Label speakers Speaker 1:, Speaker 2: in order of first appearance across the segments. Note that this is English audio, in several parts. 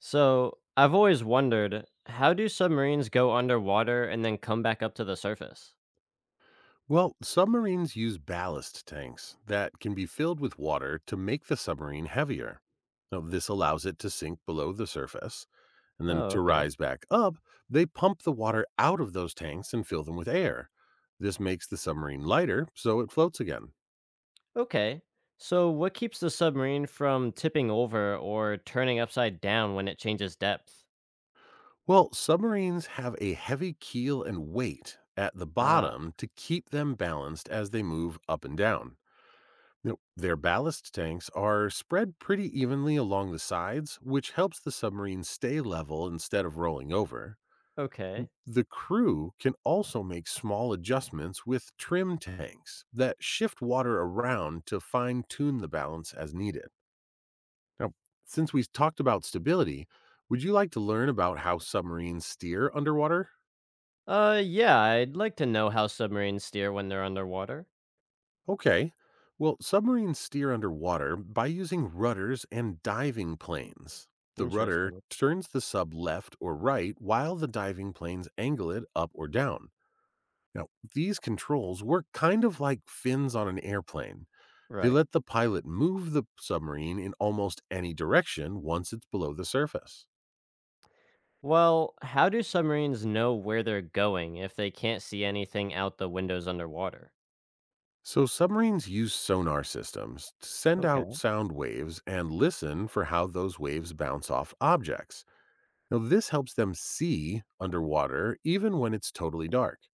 Speaker 1: So, I've always wondered, how do submarines go underwater and then come back up to the surface?
Speaker 2: Well, submarines use ballast tanks that can be filled with water to make the submarine heavier. Now, this allows it to sink below the surface and then
Speaker 1: Oh,
Speaker 2: to
Speaker 1: okay.
Speaker 2: rise back up. They pump the water out of those tanks and fill them with air. This makes the submarine lighter so it floats again.
Speaker 1: Okay. So, what keeps the submarine from tipping over or turning upside down when it changes depth?
Speaker 2: Well, submarines have a heavy keel and weight at the
Speaker 1: Ah,
Speaker 2: bottom to keep them balanced as they move up and down. No, their ballast tanks are spread pretty evenly along the sides, which helps the submarine stay level instead of rolling over.
Speaker 1: okay.
Speaker 2: The crew can also make small adjustments with trim tanks that shift water around to fine tune the balance as needed. Now, since we talked about stability, would you like to learn about how submarines steer underwater?
Speaker 1: Yeah, I'd like to know how submarines steer when they're underwater.
Speaker 2: Okay. Well, submarines steer underwater by using rudders and diving planes. The rudder
Speaker 1: Interesting.
Speaker 2: turns the sub left or right while the diving planes angle it up or down. Now, these controls work kind of like fins on an airplane. They
Speaker 1: Right.
Speaker 2: let the pilot move the submarine in almost any direction once it's below the surface.
Speaker 1: Well, how do submarines know where they're going if they can't see anything out the windows underwater?
Speaker 2: So, submarines use sonar systems to send out
Speaker 1: Okay.
Speaker 2: sound waves and listen for how those waves bounce off objects. Now, this helps them see underwater even when it's totally dark.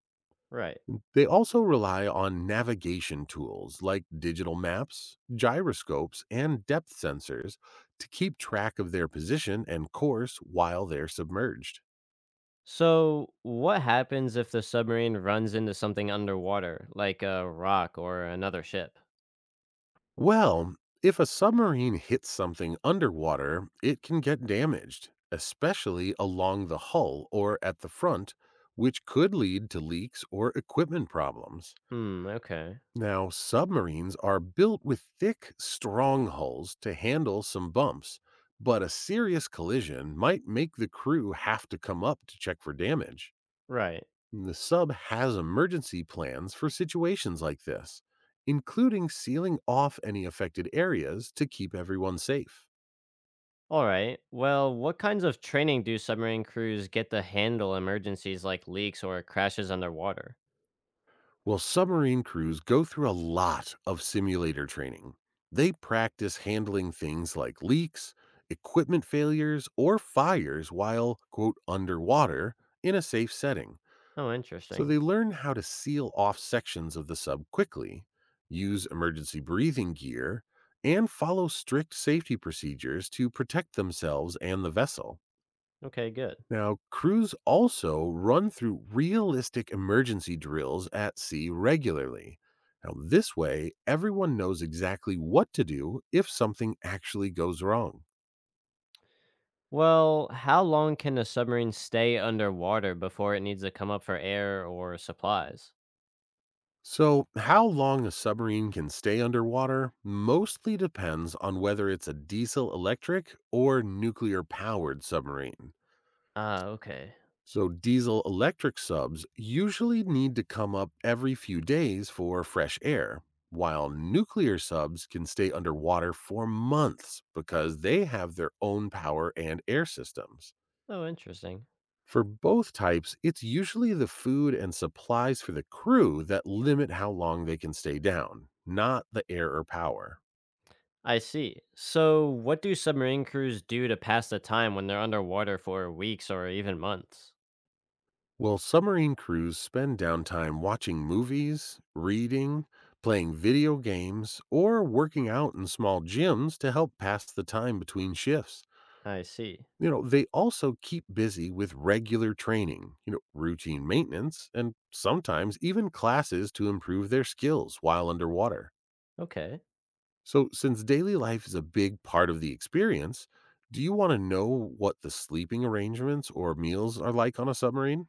Speaker 1: Right.
Speaker 2: They also rely on navigation tools like digital maps, gyroscopes, and depth sensors to keep track of their position and course while they're submerged.
Speaker 1: So, what happens if the submarine runs into something underwater, like a rock or another ship?
Speaker 2: Well, if a submarine hits something underwater, it can get damaged, especially along the hull or at the front, which could lead to leaks or equipment problems.
Speaker 1: Hmm, okay.
Speaker 2: Now, submarines are built with thick, strong hulls to handle some bumps, but a serious collision might make the crew have to come up to check for damage.
Speaker 1: Right.
Speaker 2: The sub has emergency plans for situations like this, including sealing off any affected areas to keep everyone safe.
Speaker 1: All right. Well, what kinds of training do submarine crews get to handle emergencies like leaks or crashes underwater?
Speaker 2: Well, submarine crews go through a lot of simulator training. They practice handling things like leaks, equipment failures, or fires while, quote, underwater in a safe setting.
Speaker 1: Oh,
Speaker 2: So they
Speaker 1: interesting.
Speaker 2: learn how to seal off sections of the sub quickly, use emergency breathing gear, and follow strict safety procedures to protect themselves and the vessel.
Speaker 1: Okay, good.
Speaker 2: Now, crews also run through realistic emergency drills at sea regularly. Now, this way, everyone knows exactly what to do if something actually goes wrong.
Speaker 1: Well, how long can a submarine stay underwater before it needs to come up for air or supplies?
Speaker 2: So, how long a submarine can stay underwater mostly depends on whether it's a diesel electric or nuclear powered submarine.
Speaker 1: Ah, okay.
Speaker 2: So, diesel electric subs usually need to come up every few days for fresh air, while nuclear subs can stay underwater for months because they have their own power and air systems.
Speaker 1: Oh, interesting.
Speaker 2: For both types, it's usually the food and supplies for the crew that limit how long they can stay down, not the air or power.
Speaker 1: I see. So, what do submarine crews do to pass the time when they're underwater for weeks or even months?
Speaker 2: Well, submarine crews spend downtime watching movies, reading, playing video games, or working out in small gyms to help pass the time between shifts.
Speaker 1: I see.
Speaker 2: You know, they also keep busy with regular training, routine maintenance, and sometimes even classes to improve their skills while underwater.
Speaker 1: Okay.
Speaker 2: So, since daily life is a big part of the experience, do you want to know what the sleeping arrangements or meals are like on a submarine?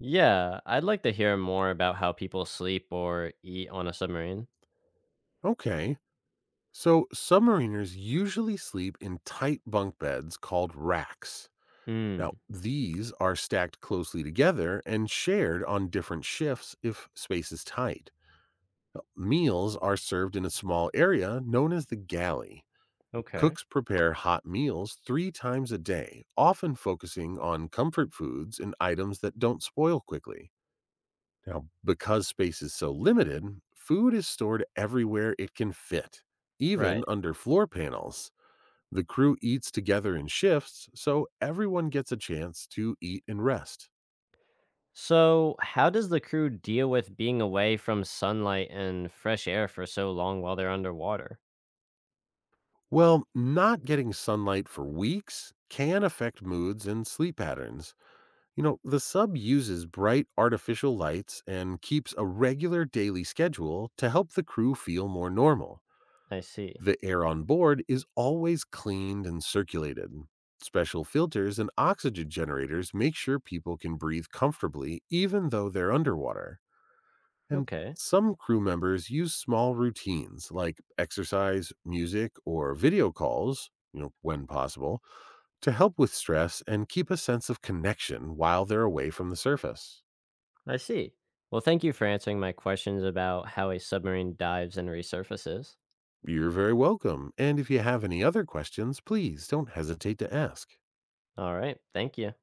Speaker 1: Yeah, I'd like to hear more about how people sleep or eat on a submarine.
Speaker 2: Okay. So, submariners usually sleep in tight bunk beds called racks.
Speaker 1: Hmm.
Speaker 2: Now, these are stacked closely together and shared on different shifts if space is tight. Now, meals are served in a small area known as the galley.
Speaker 1: Okay.
Speaker 2: Cooks prepare hot meals three times a day, often focusing on comfort foods and items that don't spoil quickly. Now, because space is so limited, food is stored everywhere it can fit,
Speaker 1: Right.
Speaker 2: even under floor panels. The crew eats together in shifts, so everyone gets a chance to eat and rest.
Speaker 1: So, how does the crew deal with being away from sunlight and fresh air for so long while they're underwater?
Speaker 2: Well, not getting sunlight for weeks can affect moods and sleep patterns. You know, the sub uses bright artificial lights and keeps a regular daily schedule to help the crew feel more normal.
Speaker 1: I see.
Speaker 2: The air on board is always cleaned and circulated. Special filters and oxygen generators make sure people can breathe comfortably even though they're underwater. And
Speaker 1: Okay.
Speaker 2: some crew members use small routines like exercise, music, or video calls, when possible, to help with stress and keep a sense of connection while they're away from the surface.
Speaker 1: I see. Well, thank you for answering my questions about how a submarine dives and resurfaces.
Speaker 2: You're very welcome. And if you have any other questions, please don't hesitate to ask.
Speaker 1: All right. Thank you.